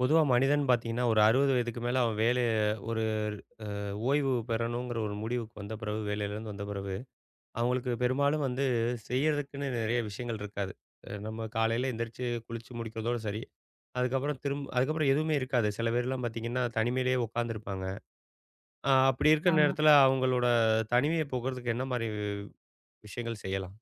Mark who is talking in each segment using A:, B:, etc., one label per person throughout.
A: பொதுவா மனிதன் பார்த்தீங்கன்னா, ஒரு 60 வயதுக்கு மேல அவன் வேலை ஒரு ஓய்வு பெறணுங்கிற ஒரு முடிவுக்கு வந்த பிறகு, வேலையிலேருந்து வந்த பிறகு, அவங்களுக்கு பெரும்பாலும் வந்து செய்யறதுக்குன்னு நெறைய விஷயங்கள் இருக்காது. நம்ம காலையில எந்திரிச்சு குளிச்சு முடிக்கிறதோட சரி. அதுக்கப்புறம் எதுவுமே இருக்காது. சில பேர்லாம் பார்த்தீங்கன்னா, தனிமையிலேயே உட்காந்துருப்பாங்க. அப்படி இருக்கிற
B: ஆமா.
A: நேரத்தில அவங்களோட தனிமைய போக்குறதுக்கு என்ன மாரி விஷயங்கள் செய்யலாம்?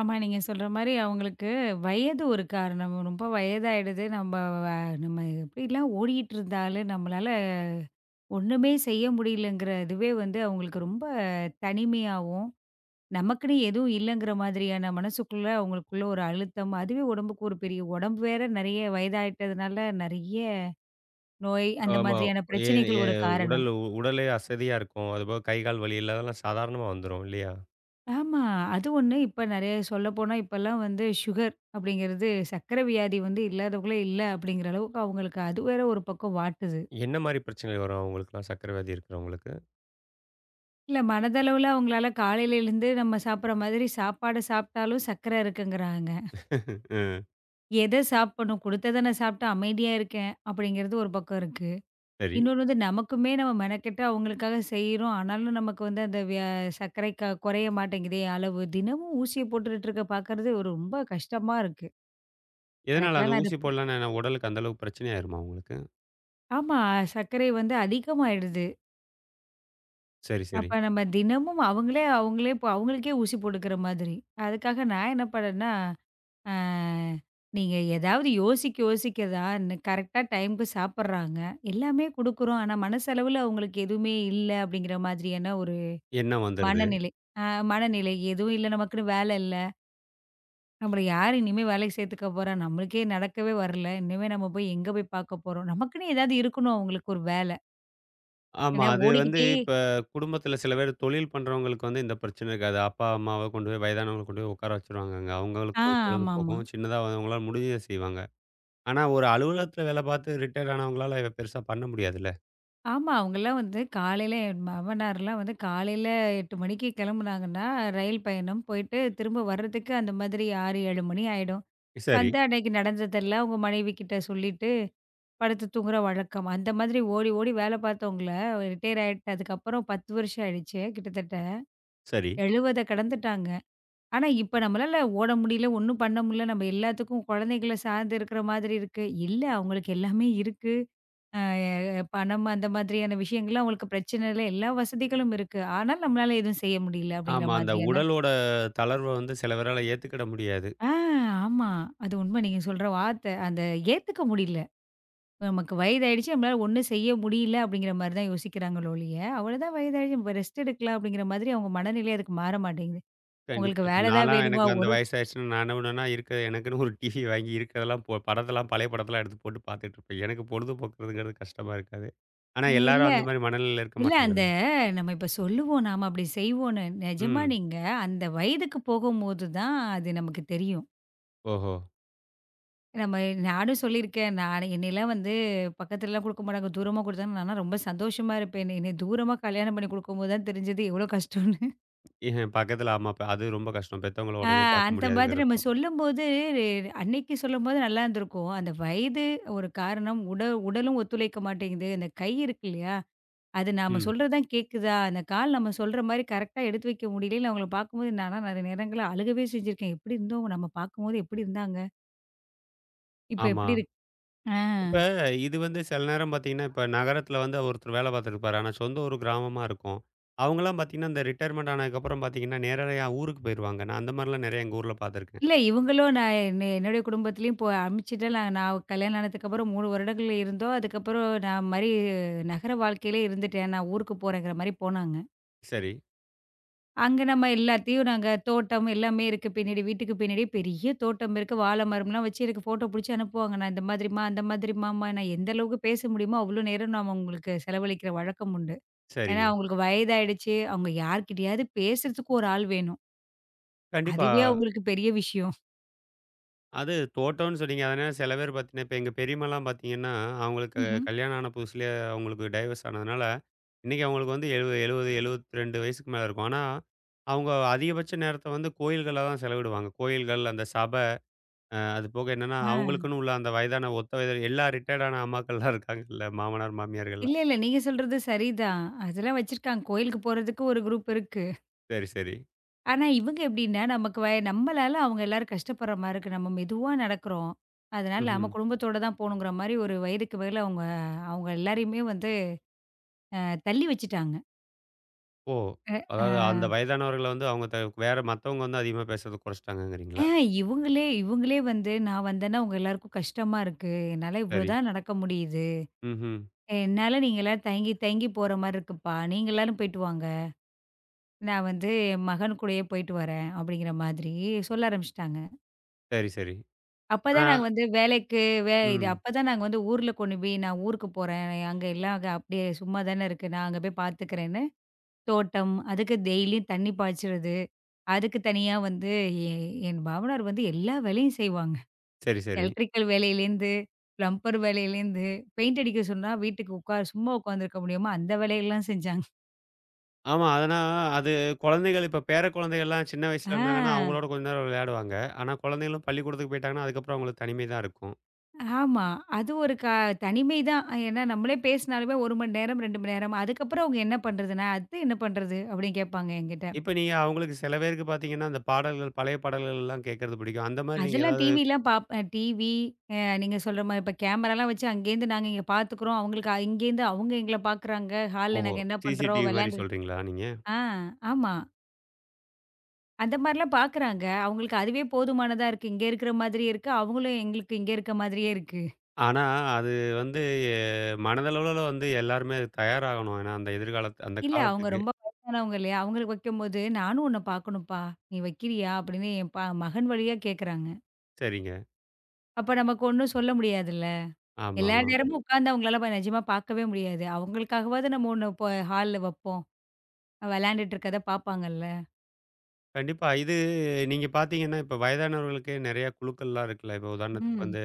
B: ஆமா. நீங்க சொல்ற மாரி அவங்களுக்கு வயது ஒரு காரணம். ரொம்ப வயதாயிடுது. வ நம்ம எப்படிலாம் ஓடிட்டு இருந்தாலும், நம்மளால ஒண்ணுமே செய்ய முடியலங்கிற இதுவே வந்து அவங்களுக்கு ரொம்ப தனிமையாவும், நமக்குன்னு எதுவும் இல்லங்கிற மாதிரியான மனசுக்குள்ள அவங்களுக்குள்ள ஒரு அழுத்தம், அதுவே உடம்புக்கு ஒரு பெரிய உடம்பு வேற நெறைய வயதாயிட்டதுனால நெறைய நோய், அந்த
A: ஆமா.
B: மாதிரியான
A: ஏன்
B: பிரச்சனைகள் ஒரு
A: ஏன் உடல்
B: காரணம்.
A: உடலே அசதியா இருக்கும். அதுபோக கை, கால் வலி இல்லாதெல்லாம் சாதாரணமா வந்துரும் இல்லையா?
B: ஆமா. அது ஒண்ணு. இப்ப நெறைய சொல்லப்போனா, இப்பலாம் வந்து சுகர் அப்படிங்கிறது சர்க்கரை வியாதி வந்து இல்லாதவங்களே இல்ல அப்படிங்கிற அளவுக்கு அவங்களுக்கு அது வேற ஒரு பக்கம் வாட்டுது.
A: என்ன மாரி பிரச்சனைகள் வரும் அவங்களுக்குலாம்? சர்க்கரை வியாதி இருக்கிறவங்களுக்கு?
B: இல்ல, மனதளவுல அவங்களால காலையில எழுந்து நம்ம சாப்பிடுற மாதிரி சாப்பாடு சாப்பிட்டாலும் சர்க்கரை இருக்குங்கிறாங்க.
A: அ
B: எத சாப்பிடணும்? கொடுத்தத நான் சாப்பிட்டு அமைதியா இருக்கேன் அப்படிங்கிறது ஒரு பக்கம் இருக்கு.
A: சரி.
B: இன்னொன்னு வந்து நமக்குமே நம்ம மெனக்கெட்டு அவங்களுக்காக செய்றோம். ஆனாலும் நமக்கு வந்து அந்த வியா சர்க்கரை குறைய மாட்டேங்குதே அளவு. தினமும் ஊசிய போட்டுட்டு இருக்க பார்க்கறது ஒரு ரொம்ப கஷ்டமா இருக்கு.
A: எதனால
B: எனக்கெல்லாம்
A: அந்த
B: நான்
A: ஊசி
B: இத
A: போடலன்னா என்ன உடலுக்கு அந்த அளவுக்கு பிரச்சனை ஆயிருமா உங்களுக்கு?
B: ஆமா. சர்க்கரை வந்து அதிகமாயிடுது.
A: சரி, சரி.
B: அப்ப நம்ம தினமும் அவங்களே அவங்களே இப்போ அவங்களுக்கே ஊசி போட்டுக்கிற மாதிரி. அதுக்காக நான் என்ன பண்ணேன்னா, அ நீங்க ஏதாவது யோசிக்க யோசிக்க தான் கரெக்ட்டா டைம்க்கு சாப்பிடுறாங்க. எல்லாமே குடுக்குறோம். ஆனா மனசளவுல அவங்களுக்கு எதுவுமே இல்ல அப்படிங்கிற மாதிரியான ஒரு
A: எண்ணம் வந்துருது.
B: மனநிலை. அ மனநிலை. எதுவும் இல்ல நமக்குன்னு வேலை இல்ல. நம்மள யாரு இனிமே வேலைக்கு சேர்த்துக்க போறா? நம்மளுக்கே நடக்கவே வரல. இனிமே நம்ம போய் எங்க போய் பார்க்க போறோம்? நமக்குன்னு ஏதாவது இருக்கணும் அவங்களுக்கு ஒரு வேலை.
A: ஆமா.
B: ஏன்னா
A: அது வந்து
B: ஓடிக்கிட்டே
A: இப்ப குடும்பத்தில சில பேர் தொழில் பண்றவங்களுக்கு வந்து இந்த பிரச்சனை இருக்காது. அப்பா, அம்மாவ கொண்டு போய் வயதானவங்கள கொண்டு போய் உட்கார வச்சுருவாங்க அங்க.
B: ஆ
A: அவங்களுக்கு ஒரு பொழுது
B: ஆமாமா.
A: போகும். சின்னதா வந்து அவங்களால முடிஞ்சத செய்வாங்க. ஆனா ஒரு அலுவலகத்தில வேலை பார்த்து ரிட்டயர்ட் ஆனவங்களால இத பெருசா பண்ண முடியாதுல்ல.
B: ஆமா. அவங்கலாம் வந்து காலையில என் மாமனார்லாம் வந்து காலையில 8 மணிக்கு கிளம்புனாங்கன்னா, ரயில் பயணம் போயிட்டு திரும்ப வர்றதுக்கு அந்த மாதிரி 6, 7 மணி ஆயிடும்.
A: சரி,
B: வந்து அன்னைக்கு நடந்ததெல்லாம் அவங்க மனைவிகிட்ட சொல்லிட்டு, படுத்து தூங்குற வழக்கம். அந்த மாதிரி ஓடி ஓடி வேலை பார்த்தவங்கள ரிட்டயர் ஆயிட்டு அதுக்கப்புறம் 10 வருஷம் ஆயிடுச்சு கிட்டத்தட்ட.
A: சரி.
B: 70 கடந்துட்டாங்க. ஆனா இப்ப நம்மளால ஓட முடியல, ஒண்ணும் பண்ண முடியல. நம்ம எல்லாத்துக்கும் குழந்தைகள சார்ந்து இருக்கிற மாதிரி இருக்கு. இல்ல, அவங்களுக்கு எல்லாமே இருக்கு. பணம் அந்த மாதிரியான விஷயங்கள்லாம் உங்களுக்கு பிரச்சனை இல்ல. எல்லா வசதிகளும் இருக்கு. ஆனாலும் நம்மளால எதுவும் செய்ய முடியல அப்படிங்கிற
A: ஆமா. அந்த
B: மாதிரியான.
A: உடலோட தளர்வ வந்து சில பேரால ஏத்துக்கிட முடியாது.
B: ஆ ஆமா. அது உண்ம. நீங்க சொல்ற வார்த்தை. ஏத்துக்க முடியல. நமக்கு வயதாயிடுச்சு. நம்மளால ஒண்ணும் செய்ய முடியல அப்படிங்கிற மாரி தான் யோசிக்கிறாங்களோ ஒழிய, அவ்வளோதான் வயதாயிடுச்சு. நம்ம ரெஸ்ட் எடுக்கலாம் அப்படிங்கிற மாதிரி அவங்க மனநிலை அதுக்கு மாற மாட்டேங்குது.
A: கண்டிப்பா.
B: உங்களுக்கு
A: இப்ப
B: வேலை தான்
A: நான்லாம்
B: வேணுமா?
A: எனக்கு அந்த
B: ஒரு
A: வயசாயிருச்சுன்னா, நான் என்ன பண்ணுவேன்னா, இருக்க எனக்குன்னு ஒரு டிவி வாங்கி இருக்கிறதெல்லாம் போ படத்தெல்லாம் பழைய படத்தெல்லாம் எடுத்து போட்டு பார்த்துட்டு இருப்பேன். எனக்கு பொழுதுபோக்குறதுங்கிறது கஷ்டமா இருக்காது. ஆனா
B: இல்ல,
A: எல்லாரும் அந்த மாரி மனநிலையில இருக்க
B: இல்ல,
A: மாட்டாங்கல்ல.
B: இப்ப சொல்லுவோம், நாம அப்படி செய்வோம்ன்னு. நிஜமா
A: ம்.
B: நீங்க அந்த வயதுக்கு போகும்போது தான் அது நமக்கு தெரியும்.
A: ஓஹோ!
B: நம்ம நானும் சொல்லியிருக்கேன். நான் என்னையெல்லாம் வந்து பக்கத்துலலாம் குடுக்க மாட்டாங்க. தூரமா குடுத்தாங்க. நான்லாம் ரொம்ப சந்தோஷமா இருப்பேன். என்னைய தூரமா கல்யாணம் பண்ணி குடுக்கும்போது தான் தெரிஞ்சது எவ்வளோ கஷ்டம்னு.
A: ஏன் பக்கத்துல ஆமா. இப்ப அது ரொம்ப கஷ்டம். பெத்தவங்கள
B: ஆ
A: உடனே பார்க்க
B: அந்த மாதிரி நம்ம
A: முடியாதுங்கிறப்போ.
B: சொல்லும்போது அன்னைக்கு சொல்லும்போது நல்லா இருந்திருக்கும். அந்த வயது ஒரு காரணம். உடலும் ஒத்துழைக்க மாட்டேங்குது. அந்த கை இருக்கு இல்லையா? அது நாம
A: ம்.
B: சொல்றது தான் கேட்குதா? அந்த கால் நம்ம சொல்ற மாரி கரெக்ட்டா எடுத்து வைக்க முடியலைன்னு அவங்கள பார்க்கும்போது நான்லாம் நெறைய நேரங்கள்ல அழுகவே செஞ்சிருக்கேன். எப்படி இருந்தோம்? நம்ம பார்க்கும்போது எப்படி இருந்தாங்க? இப்ப
A: ஆமா.
B: எப்படி இருக்கு? ஆ.
A: இப்ப இது வந்து சில நேரம் பார்த்தீங்கன்னா, இப்ப நகரத்துல வந்து ஒருத்தர் வேலை பார்த்துருப்பாரு. ஆனா சொந்த ஊரு கிராமமா இருக்கும். அவங்கலாம் பார்த்தீங்கன்னா, இந்த ரிட்டயர்மெண்ட் ஆனதுக்கப்புறம் பார்த்தீங்கன்னா, நேரடியா ஊருக்கு போயிருவாங்க. நான் அந்த மாரிலாம் நெறைய எங்க ஊர்ல பார்த்துருக்கேன்.
B: இல்ல, இவங்களும் நான் என்ன என்னுடைய குடும்பத்திலயும் இப்போ அனுப்பிச்சுட்டு, நான் நான் கல்யாணம் ஆனதுக்கப்புறம் 3 வருடங்கள் இருந்தோம். அதுக்கப்புறம் நான் மாரி நகர வாழ்க்கையிலே இருந்துட்டேன். நான் ஊருக்கு போறேங்கிற மாரி போனாங்க.
A: சரி.
B: அங்க நம்ம எல்லாத்தையும் நாங்க தோட்டம் எல்லாமே இருக்கு பின்னாடி, வீட்டுக்கு பின்னாடி பெரிய தோட்டம் இருக்கு. வாழை மரம்லாம் வச்சு எனக்கு ஃபோட்டோ புடிச்சு அனுப்புவாங்க. நான் இந்த மாதிரிம்மா, அந்த மாதிரிம்மாம்மா, நான் எந்த அளவுக்கு பேச முடியுமோ அவ்வளோ நேரம் நான் அவங்களுக்கு செலவழிக்கிற வழக்கம் உண்டு. ஏன்னா
A: சரிங்க.
B: அவங்களுக்கு வயதாயிடுச்சு. அவங்க யார்கிட்டயாவது பேசுறதுக்கு ஒரு ஆள் வேணும்.
A: கண்டிப்பா.
B: அதுவே அவங்களுக்கு பெரிய விஷயம்.
A: அது தோட்டம்னு சொன்னீங்க. அதனால சில பேர் பார்த்தீங்கன்னா, இப்ப எங்க பெரியம்மாலாம் பார்த்தீங்கன்னா, அவங்களுக்கு
B: ம்ஹ்ம்.
A: கல்யாணம் ஆன புதுசுலயே அவங்களுக்கு டைவர்ஸ் ஆனதுனால, இன்னைக்கு அவங்களுக்கு வந்து 70 70 72 வயசுக்கு மேல இருக்கும். ஆனா, அவங்க அதிகபட்ச நேரத்த வந்து கோயில்கள்ல தான் செலவிடுவாங்க. கோயில்கள், அந்த சபை, அது போக என்னன்னா,
B: ஆ.
A: அவங்களுக்குன்னு உள்ள அந்த வயதான ஒத்த வயது எல்லா ரிட்டயர்ட் ஆன அம்மாக்கள்லாம் இருக்காங்கல்ல, மாமனார், மாமியார்கள்லாம்.
B: இல்ல, இல்ல. நீங்க சொல்றது சரிதான். அதெல்லாம் வச்சிருக்காங்க. கோயிலுக்கு போறதுக்கு ஒரு குரூப் இருக்கு.
A: சரி, சரி.
B: ஆனா எப்படின்னா, நமக்கு வ நம்மளால அவங்க எல்லாரும் கஷ்டப்படுற மாரி இருக்கு. நம்ம மெதுவா நடக்கிறோம். அதனால நம்ம
A: ம்ஹ்ம்.
B: குடும்பத்தோட தான் போணுங்கிற மாரி ஒரு வயதுக்கு மேல அவங்க அவங்க எல்லாரையுமே வந்து அ தள்ளி வச்சுட்டாங்க.
A: ஓ!
B: அ அ
A: அதாவது அந்த வயதானவர்கள வந்து அவங்க வேற மத்தவங்க வந்து அதிகமா பேசுறத
B: அ
A: குறைச்சுட்டாங்கங்கிறீங்களா?
B: இவங்களே இவங்களே வந்து, "நான் வந்தேன்னா உங்க எல்லாருக்கும் கஷ்டமா இருக்கு. என்னால இவ்ளோ
A: சரி.
B: தான் நடக்க முடியுது.
A: ம்ஹ்ம்.
B: என்னால நீங்க எல்லாரும் தயங்கி தயங்கி போற மாரி இருக்குப்பா. நீங்க எல்லாரும் போயிட்டு வாங்க. நான் வந்து என் மகன் கூடயே போயிட்டு வரேன்." அப்படிங்கிற மாதிரி சொல்ல ஆரம்பிச்சுட்டாங்க.
A: சரி, சரி. ஆ,
B: அப்பதான் நாங்க வந்து வேலைக்கு
A: ம்.
B: அப்பதான் நாங்க வந்து ஊர்ல கொண்டு போய், நான் ஊருக்கு போறேன். அங்க எல்லாம் அங்க அப்படியே சும்மா தானே இருக்கு. நான் அங்க போய் பார்த்துக்கிறேன்னு, தோட்டம், அதுக்கு டெய்லியும் தண்ணி பாய்ச்சுறது, அதுக்கு தனியா வந்து எ என் மாமனார் வந்து எல்லா வேலையும் செய்வாங்க.
A: சரி, சரி.
B: எலக்ட்ரிக்கல் வேலையிலேருந்து, பிளம்பர் வேலையிலேருந்து, பெயிண்ட் அடிக்க சொன்னா, வீட்டுக்கு உட்கார் சும்மா உட்காந்துருக்க முடியுமா? அந்த வேலையெல்லாம் செஞ்சாங்க.
A: ஆமா. அதனா அது குழந்தைகள் இப்ப பேர குழந்தைகள்லாம் சின்ன வயசுல இருந்தாங்கன்னா,
B: ஆ.
A: அவங்களோட கொஞ்ச நேரம் விளையாடுவாங்க. ஆனா குழந்தைகளும் பள்ளிக்கூடத்துக்கு போயிட்டாங்கன்னா, அதுக்கப்புறம் அவங்களுக்கு தனிமை தான் இருக்கும்.
B: ஆமா. அது ஒரு க தனிமை தான். ஏன்னா நம்மளே பேசினாலுமே 1 மணி நேரம், 2 மணி நேரம். அதுக்கப்புறம் அவங்க என்ன பண்றது? நான் அடுத்து என்ன பண்றது? அப்படின்னு கேட்பாங்க என்கிட்ட.
A: இப்ப நீங்க அவங்களுக்கு சில பேருக்கு பார்த்தீங்கன்னா, அந்த பாடல்கள் பழைய பாடல்கள்லாம் கேட்கறது பிடிக்கும். அந்த மாரி நீங்க
B: அதெல்லாம்
A: ஏதாவது
B: டிவிலாம் பார்ப்பேன். டிவி அ நீங்க சொல்ற மாரி இப்ப கேமராலாம் வச்சு அங்கேருந்து நாங்க இங்க பார்த்துக்குறோம். அவங்களுக்கு இங்கேருந்து அவங்க எங்கள பார்க்குறாங்க. ஹால்ல
A: ஓஹோ!
B: நாங்க என்ன பண்றோம்?
A: சிசிடிவி மாரி
B: விளையாண்டு.
A: சொல்றீங்களா நீங்க?
B: ஆ ஆமா. அந்த மாரிலாம் பார்க்குறாங்க. அவங்களுக்கு அதுவே போதுமானதா இருக்கு. இங்க இருக்கிற மாதிரி இருக்கு. அவங்களும் எங்களுக்கு இங்க இருக்க மாதிரியே இருக்கு.
A: ஆனா அது வந்து எ மனதளவுல வந்து எல்லாருமே அதுக்கு தயாராகணும். ஏன்னா அந்த எதிர்காலத்து அந்த
B: இல்ல. அவங்க
A: காலத்துக்கு.
B: ரொம்ப வயசானவங்க இல்லையா? அவங்களுக்கு வைக்கும்போது, "நானும் உன்ன பார்க்கணும்ப்பா. நீ வைக்கிறியா?" அப்படின்னு என் ப மகன் வழியா கேட்கறாங்க.
A: சரிங்க.
B: அப்ப நமக்கு ஒண்ணும் சொல்ல முடியாதுல்ல. எல்லா
A: ஆமாமா.
B: நேரமும் உட்கார்ந்து அவங்களால நிஜமா பார்க்கவே முடியாது. அவங்களுக்காகவாவது நம்ம ஒண்ணு இப்ப ஹால்ல வைப்போம். விளையாண்டுட்டு இருக்கத பார்ப்பாங்கல்ல.
A: கண்டிப்பா. இது நீங்க பார்த்தீங்கன்னா, இப்ப வயதானவர்களுக்கே நெறைய குழுக்கள்லாம் இருக்குல்ல. இப்ப உதாரணத்துக்கு
B: ம்.
A: வந்து,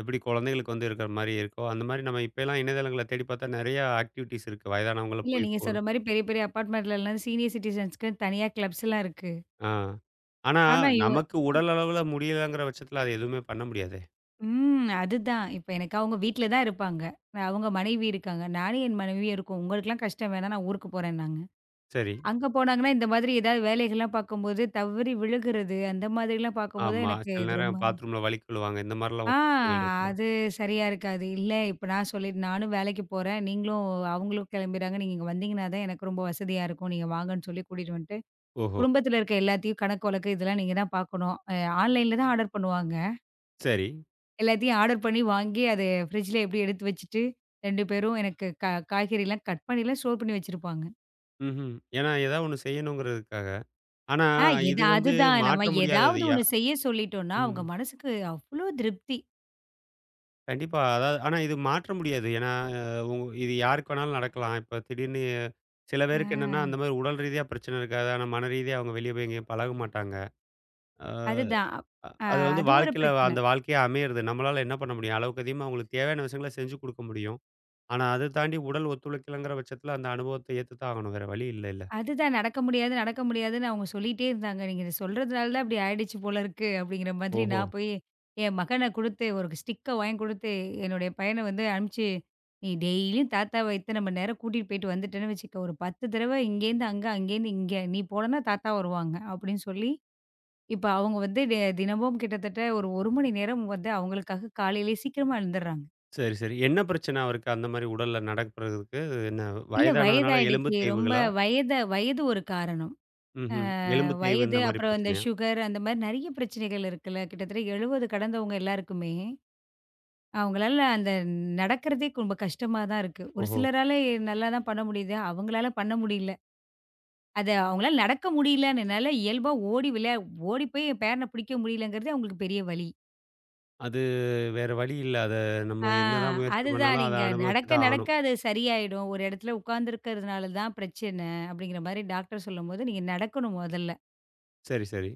A: எப்படி குழந்தைகளுக்கு வந்து இருக்கிற மாரி இருக்கோ, அந்த மாரி நம்ம இப்பல்லாம் இணையதளங்கள தேடி பார்த்தா நெறைய ஆக்டிவிட்டீஸ் இருக்கு. வயதானவங்கள
B: இல்ல,
A: போய்
B: நீங்க
A: இப்போ ஒரு
B: சொல்ற மாரி பெரிய பெரிய அபார்ட்மெண்ட்லலாம் சீனியர் சிட்டிசன்ஸ்க்கு தனியா கிளப்ஸ்லாம் இருக்கு.
A: ஆ. ஆனா,
B: ஆனா இவ
A: நமக்கு உடல் அளவுல முடியலங்கிற பட்சத்தில அது எதுவுமே பண்ண முடியாதே!
B: ம். அதுதான். இப்ப எனக்கு அவங்க வீட்ல தான் இருப்பாங்க. அவங்க மனைவி இருக்காங்க. நானும் என் மனைவியும் இருக்கோம். "உங்களுக்கெல்லாம் கஷ்டம் வேணாம். நான் ஊருக்கு போறேன்னாங்க."
A: சரி.
B: அங்க போனாங்கன்னா, இந்த மாதிரி ஏதாவது வேலைகள்லாம் பார்க்கும்போது தவறி விழுகுறது, அந்த மாதிரிலாம் பார்க்கும்போது
A: ஆமா.
B: எனக்கு
A: சில
B: இது ரொம்ப.
A: நேரம் பாத்ரூம்ல வழுக்கி விழுவாங்க. இந்த மாரிலாம்
B: ஆ
A: ஒரு பிரச்சனைகள் இருக்கு.
B: அது சரியா இருக்காது. இல்ல, இப்ப நான் சொல்லி நானும் வேலைக்கு போறேன். நீங்களும் அவங்களும் கிளம்பிறாங்க. நீங்க இங்க வந்தீங்கன்னா தான் எனக்கு ரொம்ப வசதியா இருக்கும். நீங்க வாங்கன்னு சொல்லி கூட்டிட்டு வந்துட்டு,
A: ஓஹோ!
B: குடும்பத்தில இருக்க எல்லாத்தையும் கணக்கு வழக்கு இதெல்லாம் நீங்க தான் பார்க்கணும். ஆன்லைன்ல தான் ஆர்டர் பண்ணுவாங்க.
A: சரி.
B: எல்லாத்தையும் ஆர்டர் பண்ணி வாங்கி அத ஃப்ரிட்ஜ்ல எப்படி எடுத்து வச்சுட்டு, 2 பேரும் எனக்கு காய்கறிலாம் கட் பண்ணிலாம் ஸ்டோர் பண்ணி வச்சிருப்பாங்க.
A: ம்ஹ்ம். ஏன்னா ஏதாவது ஒண்ணு செய்யணுங்கிறதுக்காக. ஆனா,
B: ஆ எத
A: இது வந்து
B: அதுதான். நம்ம
A: மாற்ற முடியாதது.
B: ஏதாவது ஒண்ணு செய்ய சொல்லிட்டோம்னா, அவங்க
A: ம்.
B: மனசுக்கு அவ்ளோ திருப்தி.
A: கண்டிப்பா. அதாவது ஆனா இது மாற்ற முடியாது. ஏன்னா, அ உ இது யாருக்கு வேணாலும் நடக்கலாம். இப்ப திடீர்னு சில பேருக்கு
B: ஆ
A: என்னன்னா, அந்த மாரி உடல் ரீதியா பிரச்சனை இருக்காது. ஆனா, மன ரீதியா அவங்க வெளிய போய் எங்கேயும் பழக மாட்டாங்க. அஹ்,
B: அதுதான். அப்ப
A: அது வந்து
B: அது ஒரு
A: வாழ்க்கையில
B: பிரச்சனை.
A: அந்த வாழ்க்கையா அமையறது. நம்மளால என்ன பண்ண முடியும்? அளவுக்கு அதிகமா அவங்களுக்கு தேவையான விஷயங்கள செஞ்சு குடுக்க முடியும். ஆனா, அத தாண்டி உடல் ஒத்துழைக்கலங்கிற பட்சத்தில அந்த அனுபவத்த ஏத்துத்தான் ஆகணும். வேற வழி இல்லைல்ல.
B: அதுதான் நடக்க முடியாது, நடக்க முடியாதுன்னு அவங்க சொல்லிட்டே இருந்தாங்க. நீங்க இத சொல்றதுனால தான் இப்படி ஆயிடுச்சு போல இருக்கு, அப்படிங்கிற மாதிரி
A: ஓஹோ!
B: நான் போய் என் மகன குடுத்து, ஒரு ஸ்டிக்க வாங்கி குடுத்து, என்னுடைய பையன வந்து அனுப்பிச்சு, "நீ டெய்லியும் தாத்தாவ இத்தன மணி நேரம் கூட்டிட்டு போயிட்டு வந்துட்டேன்னு வச்சுக்க, ஒரு 10 தடவ இங்கேருந்து அங்க, அங்கேருந்து இங்க. நீ போலன்னா தாத்தா வருவாங்க." அப்படின்னு சொல்லி இப்ப அவங்க வந்து தினமும் கிட்டத்தட்ட ஒரு 1 மணி நேரம் வந்து அவங்களுக்காக காலையிலேயே சீக்கிரமா எழுந்துர்றாங்க.
A: சரி, சரி. என்ன பிரச்சனை அவருக்கு அந்த மாரி உடல்ல நடக்கிறதுக்கு? என்ன
B: இல்ல,
A: வயதானதுனால எலும்பு
B: வயதாயிடுச்சு. ரொம்ப
A: தேய்வுகளா?
B: வயது ஒரு காரணம்.
A: ம்ஹ்ம். எலும்பு தேய்வு
B: வயது,
A: இந்த மாரி
B: அப்புறம் இந்த
A: பிரச்சனையா?
B: சுகர், அந்த மாரி நெறைய பிரச்சனைகள் இருக்குல்ல. கிட்டத்தட்ட 70 கடந்தவங்க எல்லாருக்குமே, அவங்களால அந்த நடக்கிறதே ரொம்ப கஷ்டமா தான் இருக்கு. ஒரு
A: ஓஹோ!
B: சிலரால நல்லா தான் பண்ண முடியுது. அவங்களால பண்ண முடியல. அது அவங்களால நடக்க முடியலன்னுனால, இயல்பா ஓடி போய் என் பேரன பிடிக்க முடியலங்கிறது அவங்களுக்கு பெரிய வலி.
A: அது வேற வழி இல்ல. அத
B: ஆ
A: நம்ம என்னதான் முயற்சி
B: அதுதான்.
A: பண்ணாலும் அத
B: நீங்க
A: அனுபவிச்சு
B: நடக்க,
A: தான்
B: நடக்க
A: ஆகணும்.
B: அது சரியாயிடும். ஒரு இடத்துல உட்கார்ந்திருக்கிறதுனால தான் பிரச்சனை, அப்படிங்கிற மாரி டாக்டர் சொல்லும்போது, நீங்க நடக்கணும் முதல்ல.
A: சரி, சரி.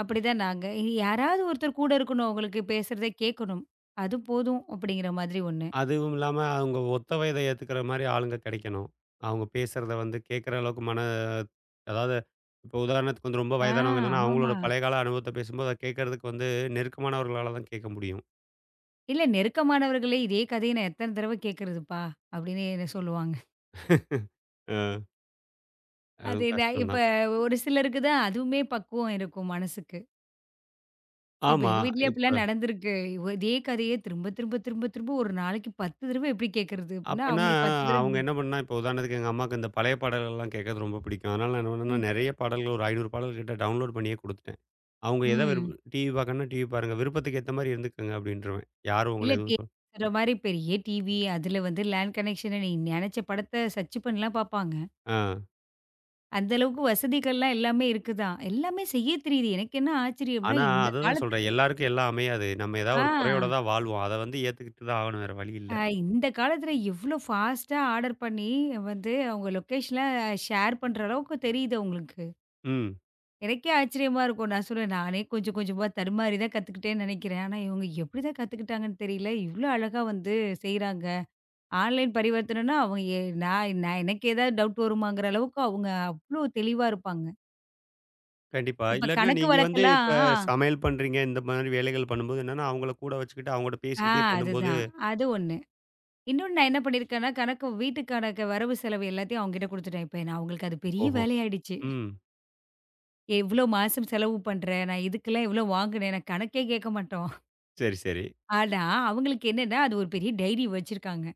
B: அப்படிதான் நாங்க. யாராவது ஒருத்தர் கூட இருக்கணும், அவங்களுக்கு பேசுறத கேட்கணும். அது போதும் அப்படிங்கிற மாதிரி ஒண்ணு.
A: அதுவும் இல்லாம அவங்க ஒத்த வயத ஏத்துக்கிற மாரி ஆளுங்க கிடைக்கணும். அவங்க பேசுறத வந்து கேட்கிற அளவுக்கு மன அதாவது இப்போ உதாரணத்துக்கு வந்து ரொம்ப
B: ஆ
A: வயதானவங்க என்னன்னா, அவங்களோட
B: ஆமாமா.
A: பழைய கால அனுபவத்த பேசும்போது, அத கேட்கறதுக்கு வந்து நெருக்கமானவர்களால தான் கேட்க முடியும்.
B: இல்ல, நெருக்கமானவர்களே, "இதே கதைய நான் எத்தன தடவ கேட்கறதுப்பா," அப்படின்னு என்ன சொல்லுவாங்க.
A: அ
B: அது
A: அதுவும்
B: நான்
A: கஷ்டம்
B: இப்ப
A: தான்.
B: ஒரு சிலருக்கு தான் அதுவுமே பக்குவம் இருக்கும் மனசுக்கு. இப்ப
A: ஆமா.
B: எங்க வீட்லயே அப்படிலாம்
A: இப்ப
B: நடந்திருக்கு. இதே கதையே திரும்ப, திரும்ப, திரும்ப, திரும்ப ஒரு நாளைக்கு 10 தடவ எப்படி கேட்கறது? அப்படின்னா,
A: அப்பன்னா
B: அவங்களுக்கு 10 தடவ.
A: அவங்க என்ன பண்ணா, இப்போ உதாரணத்துக்கு எங்க அம்மாக்கு இந்த பழைய பாடல்கள்லாம் கேட்கறது ரொம்ப பிடிக்கும். அதனால நான் என்ன பண்ணேன்னா,
B: ம்,
A: நெறைய பாடல்கள் ஒரு 500 பாடல் கிட்ட டவுன்லோட் பண்ணியே குடுத்துட்டேன். அவங்க எத விருப்
B: ம்.
A: டிவி பார்க்கணும்னா டிவி பாருங்க. விருப்பத்துக்கு ஏத்த மாரி இருந்துக்கங்க அப்டின்ருவேன். யாரும்
B: இல்ல
A: உங்கள
B: டே
A: எதுவும் சொல்
B: சொல்ற மாரி பெரிய டிவி, அதுல வந்து லேண்ட் கனெக்ஷன், நீ நெனச்ச படத்த சர்ச் பண்ணலாம் பார்ப்பாங்க.
A: ஆ.
B: அந்த அளவுக்கு வசதிகள்லாம் எல்லாமே இருக்குதான். எல்லாமே செய்ய தெரியுது. எனக்கு என்ன ஆச்சரியம்னா,
A: ஆனா
B: இந்த
A: அததான்
B: காலத்துக்கு.
A: சொல்றேன். எல்லாருக்கும் எல்லாம் அமையாது. நம்ம
B: ஆ,
A: ஏதாவது ஒரு குறையோட தான் வாழ்வோம். அத வந்து ஏத்துக்கிட்டு தான் ஆகணும். வேற வழி இல்ல.
B: அ இந்த காலத்துல எவ்ளோ ஃபாஸ்ட்டா ஆர்டர் பண்ணி வந்து அவங்க லொகேஷன்லாம் ஷேர் பண்ற அளவுக்கு தெரியுது அவங்களுக்கு.
A: ம்.
B: எனக்கே ஆச்சரியமா இருக்கும். நான் சொல்லுவேன், நானே கொஞ்சம் கொஞ்சமா தடுமாறி தான் கத்துக்கிட்டேன்னு நெனைக்கிறேன். ஆனா இவங்க எப்படிதான் கத்துக்கிட்டாங்கன்னு தெரியல. இவ்ளோ அழகா வந்து செய்றாங்க. ஆன்லைன் பரிவர்த்தனைன்னா அவங்க எ நான் நான் எனக்கு ஏதாவது டவுட் வருமாங்கிற அளவுக்கு அவங்க அவ்ளோ தெளிவா இருப்பாங்க.
A: கண்டிப்பா.
B: இப்ப
A: இல்லாட்டினா
B: கணக்கு
A: நீங்க வந்து
B: வழக்கெல்லாம்
A: இப்ப சமையல் பண்றீங்க, இந்த மாரி வேலைகள் பண்ணும்போது என்னன்னா, அவங்கள கூட வச்சுக்கிட்டு அவங்கட்ட
B: ஆ
A: பேசிக்கிட்டே பண்ணும்போது
B: அதுதான். அது ஒண்ணு. இன்னொன்னு நான் என்ன பண்ணியிருக்கேன்னா, கணக்கு வீட்டுக்கான க வரவு செலவு எல்லாத்தையும் அவங்ககிட்ட குடுத்துட்டேன். இப்ப நான் அவங்களுக்கு அது பெரிய
A: ஓஹோ!
B: வேலையாயிடுச்சு.
A: ம்.
B: எவ்ளோ மாசம் செலவு பண்றேன்? நான் இதுக்கெல்லாம் எவ்ளோ வாங்குனேன்? நான் கணக்கே கேட்க மாட்டோம்.
A: சரி, சரி.
B: ஆனா, அவங்களுக்கு என்னன்னா, அது ஒரு பெரிய டைரி வச்சிருக்காங்க.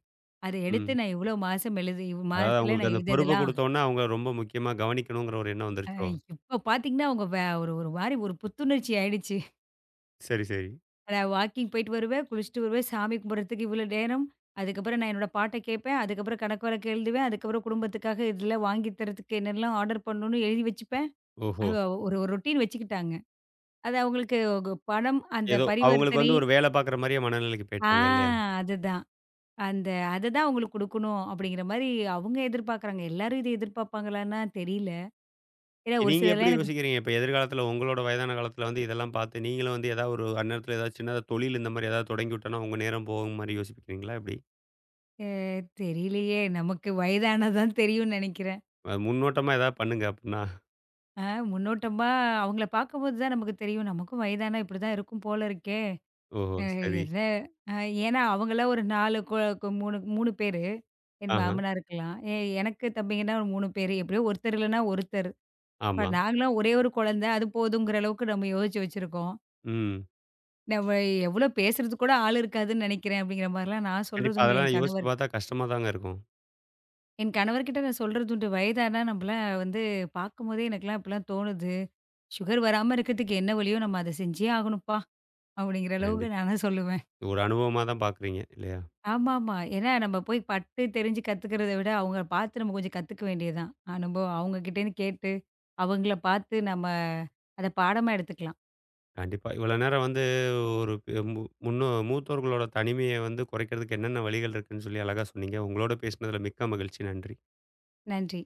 B: அத எடுத்து
A: ம்.
B: நான் இவ்ளோ மாசம் எழுதி,
A: அதாவது
B: மாசத்துல
A: அவங்களுக்கு
B: நான்
A: அந்த பொறுப்ப
B: எழுதியதெல்லாம்.
A: குடுத்தோனே அவங்க ரொம்ப முக்கியமா கவனிக்கணுங்கிற ஒரு எண்ணம்
B: அ
A: வந்துருச்சோ?
B: இப்ப பாத்தீங்கன்னா, அவங்க வே ஒரு ஒரு மாரி ஒரு புத்துணர்ச்சி ஆயிடுச்சு.
A: சரி, சரி.
B: "நான் வாக்கிங் போயிட்டு வருவேன், குளிச்சுட்டு வருவேன், சாமி கும்பிடுறதுக்கு இவ்வளோ நேரம். அதுக்கப்புறம் நான் என்னோட பாட்ட கேட்பேன். அதுக்கப்புறம் கணக்கு வழக்கு எழுதுவேன். அதுக்கப்புறம் குடும்பத்துக்காக இதெல்லாம் வாங்கி தரதுக்கு என்னெல்லாம் ஆர்டர் பண்ணணும்னு எழுதி வச்சுப்பேன்."
A: ஓஹோ!
B: அவ ஒரு ஒரு ரொட்டீன் வச்சுக்கிட்டாங்க. அது அவங்களுக்கு ஒரு பணம் அந்த
A: ஏதோ அவங்களுக்கு
B: பரிவர்த்தனை
A: வந்து ஒரு வேல பார்க்குற மாரியே மனநிலைக்கு
B: ஆ
A: போயிட்டாங்க இல்லையா?
B: அதுதான். அந்த அத தான் அவங்களுக்கு குடுக்கணும் அப்படிங்கிற மாரி அவங்க எதிர்பார்க்குறாங்க. எல்லாரும் இத எதிர்பார்ப்பாங்களான்னா தெரியல. ஏன்னா ஒரு
A: நீங்க எப்படி
B: சிலர்லாம் எனக்கு
A: யோசிக்கிறீங்க? இப்ப எதிர்காலத்துல உங்களோட வயதான காலத்துல வந்து இதெல்லாம் பார்த்து, நீங்களும் வந்து ஏதாவது ஒரு அந்நேரத்துல ஏதாவது சின்னதா தொழில் இந்த மாரி ஏதாவது தொடங்கி விட்டோம்னா, உங்க நேரம் போகும் மாரி யோசிப்பீங்களா எப்படி?
B: அ தெரியலையே! நமக்கு வயதானா தான் தெரியும்னு நெனைக்கிறேன்.
A: முன்னோட்டமா ஏதாவது பண்ணுங்க அப்படின்னா,
B: அ முன்னோட்டமா அவங்கள பார்க்கும்போது தான் நமக்கு தெரியும். நமக்கும் வயதானா இப்படி தான் இருக்கும் போல இருக்கே!
A: ஓஹோ!
B: அ
A: சரி.
B: என்ன அ ஏன்னா அவங்கலாம் ஒரு 4 கொ கொ 3 3 பேரு. என்
A: ஆஹ.
B: மாமனாருக்கலாம். எனக்கு தம்பிங்கன்னா ஒரு 3 பேரு. எப்படியோ ஒருத்தர் இல்லன்னா ஒருத்தர். இப்ப
A: ஆமா.
B: நாங்கலாம் ஒரே ஒரு குழந்தை. அது போதுங்கிற அளவுக்கு நம்ம யோசிச்சு வச்சிருக்கோம்.
A: ம்.
B: நம்ம எவ்வளோ பேசுறதுக்கு கூட ஆள் இருக்காதுன்னு நினைக்கிறேன் அப்படிங்கிற மாரிலாம் நான் சொல்றது
A: கண்டிப்பா.
B: உண்டு
A: அதெல்லாம் யோசிச்சு பார்த்தா கஷ்டமா தாங்க இருக்கும்.
B: என் கணவர்கிட்ட. நான் சொல்றது உண்டு, வயதானா நம்மலாம் வந்து பார்க்கும்போதே எனக்கெல்லாம் இப்படிலாம் தோணுது. சுகர் வராம இருக்கிறதுக்கு என்ன வழியோ நம்ம அத செஞ்சே ஆகணும்ப்பா! அப்படிங்கிற அளவுக்கு
A: கண்டிப்பா.
B: நான்லாம் சொல்லுவேன்.
A: ஒரு அனுபவமா தான் பார்க்குறீங்க இல்லையா?
B: ஆமாமா. ஏன்னா நம்ம போய் பட்டு தெரிஞ்சு கத்துக்கிறத விட அவங்க பார்த்து நம்ம கொஞ்சம் கத்துக்க வேண்டியது தான். அனுபவம் அவங்ககிட்டேருந்து கேட்டு, அவங்கள பார்த்து நம்ம அத பாடமா எடுத்துக்கலாம்.
A: கண்டிப்பா. இவ்வளோ நேரம் வந்து ஒரு பெ மு முன்னோ மூத்தோர்களோட தனிமைய வந்து குறைக்கிறதுக்கு என்னென்ன வழிகள் இருக்குன்னு சொல்லி அழகா சொன்னீங்க. உங்களோட பேசினதுல மிக்க மகிழ்ச்சி. நன்றி.
B: நன்றி.